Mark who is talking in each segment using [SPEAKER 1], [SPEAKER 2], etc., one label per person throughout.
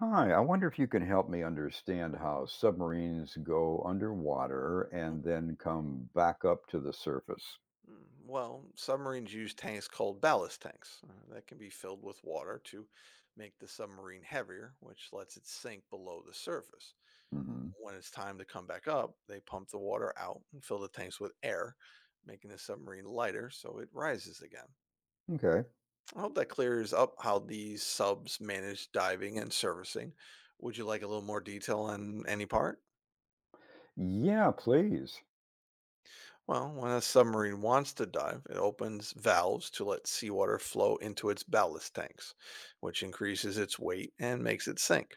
[SPEAKER 1] Hi, I wonder if you can help me understand how submarines go underwater and
[SPEAKER 2] Okay.
[SPEAKER 1] then come back up to the surface.
[SPEAKER 2] Well, submarines use tanks called ballast tanks that can be filled with water to make the submarine heavier, which lets it sink below the surface.
[SPEAKER 1] Hmm.
[SPEAKER 2] When it's time to come back up, they pump the water out and fill the tanks with air, making the submarine lighter so it rises again.
[SPEAKER 1] Okay.
[SPEAKER 2] I hope that clears up how these subs manage diving and servicing. Would you like a little more detail on any part?
[SPEAKER 1] Yeah, please.
[SPEAKER 2] Well, when a submarine wants to dive, it opens valves to let seawater flow into its ballast tanks, which increases its weight and makes it sink.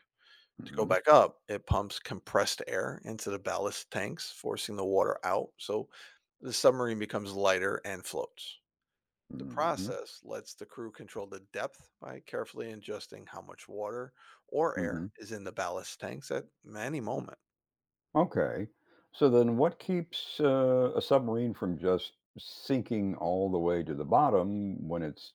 [SPEAKER 2] To go
[SPEAKER 1] Hmm.
[SPEAKER 2] back up, it pumps compressed air into the ballast tanks, forcing the water out, so the submarine becomes lighter and floats. The
[SPEAKER 1] Hmm.
[SPEAKER 2] process lets the crew control the depth by carefully adjusting how much water or
[SPEAKER 1] Hmm.
[SPEAKER 2] air is in the ballast tanks at any moment.
[SPEAKER 1] Okay. So then, what keeps a submarine from just sinking all the way to the bottom when it's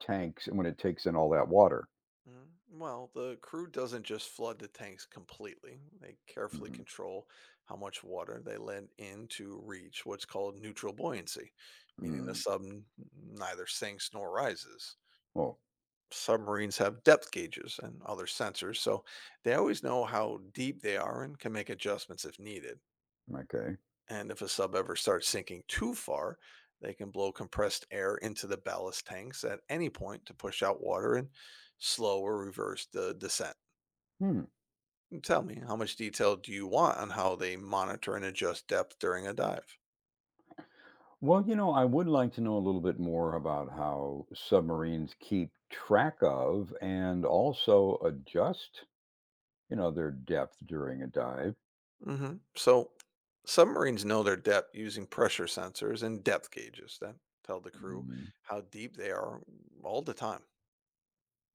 [SPEAKER 1] tanks when it takes in all that water?
[SPEAKER 2] Well, the crew doesn't just flood the tanks completely. They carefully
[SPEAKER 1] Hmm.
[SPEAKER 2] control how much water they let in to reach what's called neutral buoyancy, meaning the
[SPEAKER 1] Mm.
[SPEAKER 2] neither sinks nor rises.
[SPEAKER 1] Oh,
[SPEAKER 2] Submarines have depth gauges and other sensors, so they always know how deep they are and can make adjustments if needed.
[SPEAKER 1] okay.
[SPEAKER 2] And if a sub ever starts sinking too far, they can blow compressed air into the ballast tanks at any point to push out water and slow or reverse the descent.
[SPEAKER 1] Hmm.
[SPEAKER 2] Tell me, how much detail do you want on how they monitor and adjust depth during a dive?
[SPEAKER 1] Well, I would like to know a little bit more about how submarines keep track of and also adjust, their depth during a dive.
[SPEAKER 2] So, submarines know their depth using pressure sensors and depth gauges that tell the crew
[SPEAKER 1] Hmm.
[SPEAKER 2] how deep they are all the time.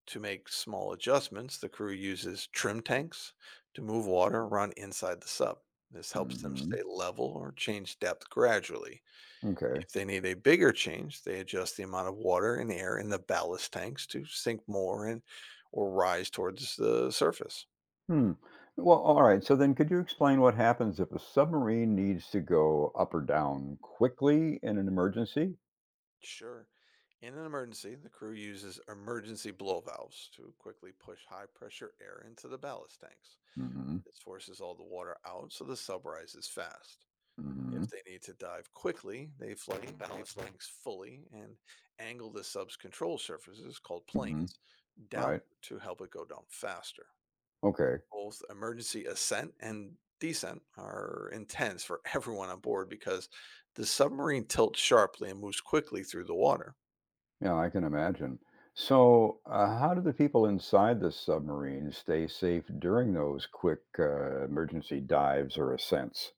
[SPEAKER 2] To make small adjustments, the crew uses trim tanks to move water around inside the sub. This helps them
[SPEAKER 1] Hmm.
[SPEAKER 2] stay level or change depth gradually.
[SPEAKER 1] Okay.
[SPEAKER 2] If they need a bigger change, they adjust the amount of water and air in the ballast tanks to sink more and or rise towards the surface.
[SPEAKER 1] Hmm. Well, all right. So then, could you explain what happens if a submarine needs to go up or down quickly in an emergency?
[SPEAKER 2] Sure. In an emergency, the crew uses emergency blow valves to quickly push high pressure air into the ballast tanks.
[SPEAKER 1] Hmm.
[SPEAKER 2] This forces all the water out so the sub rises fast.
[SPEAKER 1] Hmm.
[SPEAKER 2] If they need to dive quickly, they flood the ballast tanks fully and angle the sub's control surfaces, called
[SPEAKER 1] Hmm.
[SPEAKER 2] planes, downward
[SPEAKER 1] Right.
[SPEAKER 2] to help it go down faster.
[SPEAKER 1] Okay.
[SPEAKER 2] Both emergency ascent and descent are intense for everyone on board because the submarine tilts sharply and moves quickly through the water.
[SPEAKER 1] Yeah, I can imagine. So, how do the people inside the submarine stay safe during those quick emergency dives or ascents?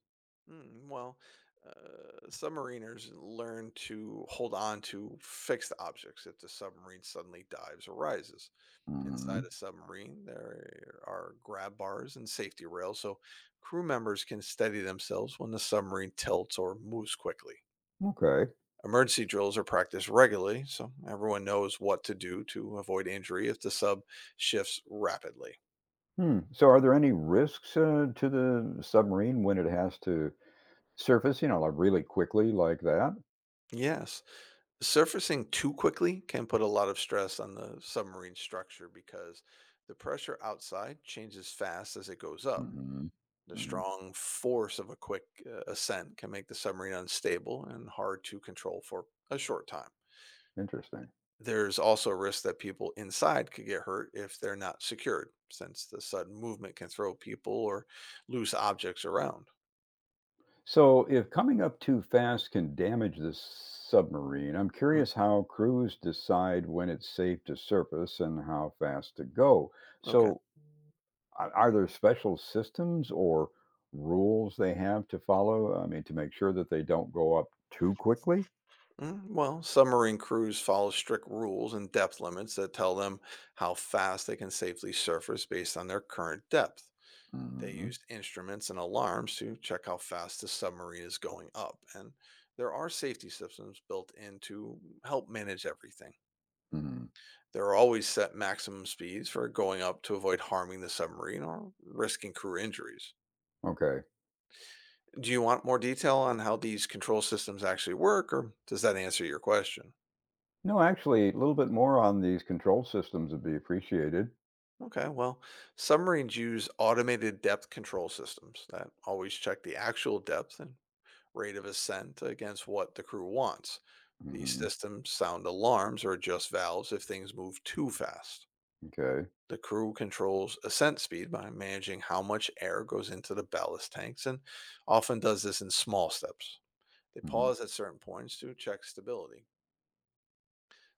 [SPEAKER 2] Well, submariners learn to hold on to fixed objects if the submarine suddenly dives or rises.
[SPEAKER 1] Hmm.
[SPEAKER 2] Inside a submarine, there are grab bars and safety rails so crew members can steady themselves when the submarine tilts or moves quickly.
[SPEAKER 1] Okay.
[SPEAKER 2] Emergency drills are practiced regularly, so everyone knows what to do to avoid injury if the sub shifts rapidly.
[SPEAKER 1] Hmm. So, are there any risks to the submarine when it has to surface, you know, like really quickly like that?
[SPEAKER 2] Yes, surfacing too quickly can put a lot of stress on the submarine structure because the pressure outside changes fast as it goes up.
[SPEAKER 1] Hmm.
[SPEAKER 2] The
[SPEAKER 1] Hmm.
[SPEAKER 2] strong force of a quick ascent can make the submarine unstable and hard to control for a short time.
[SPEAKER 1] Interesting.
[SPEAKER 2] There's also a risk that people inside could get hurt if they're not secured, since the sudden movement can throw people or loose objects around.
[SPEAKER 1] So, if coming up too fast can damage the submarine, I'm
[SPEAKER 2] Mm,
[SPEAKER 1] curious how crews decide when it's safe to surface and how fast to go.
[SPEAKER 2] Okay.
[SPEAKER 1] So, are there special systems or rules they have to follow? I mean, to make sure that they don't go up too quickly?
[SPEAKER 2] Well, submarine crews follow strict rules and depth limits that tell them how fast they can safely surface based on their current depth. They
[SPEAKER 1] Mhm.
[SPEAKER 2] use instruments and alarms to check how fast the submarine is going up. And there are safety systems built in to help manage everything.
[SPEAKER 1] Mhm.
[SPEAKER 2] There are always set maximum speeds for going up to avoid harming the submarine or risking crew injuries.
[SPEAKER 1] Okay.
[SPEAKER 2] Do you want more detail on how these control systems actually work, or does that answer your question?
[SPEAKER 1] No, actually, a little bit more on these control systems would be appreciated.
[SPEAKER 2] Okay, well, submarines use automated depth control systems that always check the actual depth and rate of ascent against what the crew wants. These
[SPEAKER 1] Mhm.
[SPEAKER 2] systems sound alarms or adjust valves if things move too fast.
[SPEAKER 1] Okay.
[SPEAKER 2] The crew controls ascent speed by managing how much air goes into the ballast tanks and often does this in small steps. They
[SPEAKER 1] Mhm.
[SPEAKER 2] pause at certain points to check stability.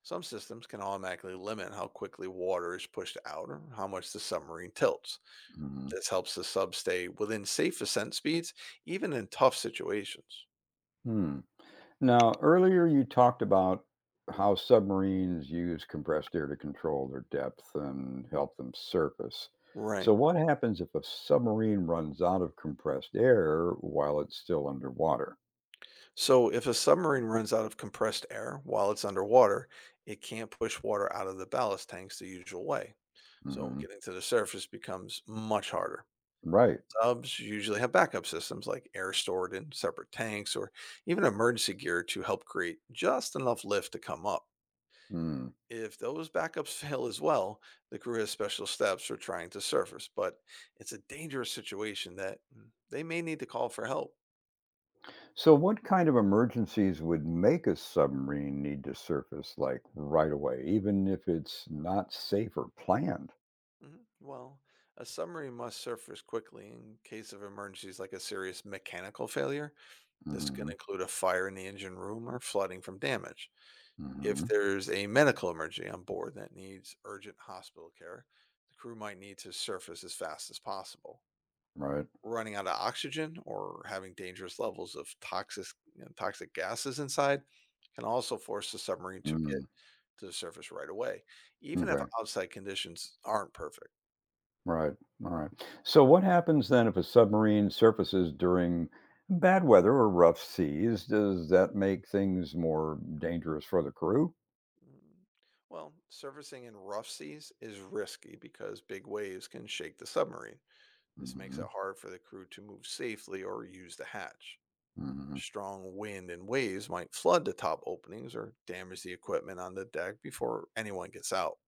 [SPEAKER 2] Some systems can automatically limit how quickly water is pushed out or how much the submarine tilts.
[SPEAKER 1] Mhm.
[SPEAKER 2] This helps the sub stay within safe ascent speeds, even in tough situations.
[SPEAKER 1] Hmm. Now, earlier you talked about how submarines use compressed air to control their depth and help them surface.
[SPEAKER 2] Right.
[SPEAKER 1] So, what happens if a submarine runs out of compressed air while it's still underwater?
[SPEAKER 2] So, if a submarine runs out of compressed air while it's underwater, it can't push water out of the ballast tanks the usual way. So
[SPEAKER 1] Hmm.
[SPEAKER 2] getting to the surface becomes much harder.
[SPEAKER 1] Right.
[SPEAKER 2] Subs usually have backup systems like air stored in separate tanks or even emergency gear to help create just enough lift to come up.
[SPEAKER 1] Hmm.
[SPEAKER 2] If those backups fail as well, the crew has special steps for trying to surface, but it's a dangerous situation that they may need to call for help.
[SPEAKER 1] So, what kind of emergencies would make a submarine need to surface like right away, even if it's not safe or planned?
[SPEAKER 2] Mhm. Well, a submarine must surface quickly in case of emergencies like a serious mechanical failure. This can
[SPEAKER 1] Hmm.
[SPEAKER 2] include a fire in the engine room or flooding from damage. If
[SPEAKER 1] Hmm.
[SPEAKER 2] there's a medical emergency on board that needs urgent hospital care, the crew might need to surface as fast as possible.
[SPEAKER 1] Right.
[SPEAKER 2] Running out of oxygen or having dangerous levels of toxic gases inside can also force the submarine to get
[SPEAKER 1] Mm.
[SPEAKER 2] to the surface right away, even if
[SPEAKER 1] Okay.
[SPEAKER 2] outside conditions aren't perfect.
[SPEAKER 1] Right. All right. So what happens then if a submarine surfaces during bad weather or rough seas? Does that make things more dangerous for the crew?
[SPEAKER 2] Mm, Well, surfacing in rough seas is risky because big waves can shake the submarine. This makes
[SPEAKER 1] Hmm.
[SPEAKER 2] it hard for the crew to move safely or use the hatch.
[SPEAKER 1] Hmm.
[SPEAKER 2] Strong wind and waves might flood the top openings or damage the equipment on the deck before anyone gets out.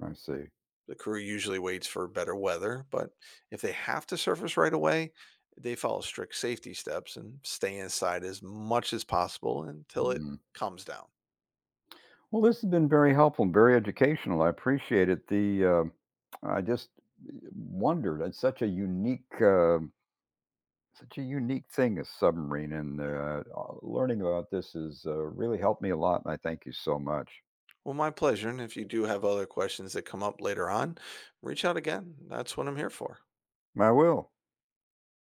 [SPEAKER 1] I see.
[SPEAKER 2] The crew usually waits for better weather, but if they have to surface right away, they follow strict safety steps and stay inside as much as possible until it
[SPEAKER 1] Hmm.
[SPEAKER 2] calms down.
[SPEAKER 1] Well, this has been very helpful and very educational. I appreciate it. The I just wondered. It's such a unique thing, a submarine, and learning about this has really helped me a lot. And I thank you so much.
[SPEAKER 2] Well, my pleasure. And if you do have other questions that come up later on, reach out again. That's what I'm here for.
[SPEAKER 1] I will.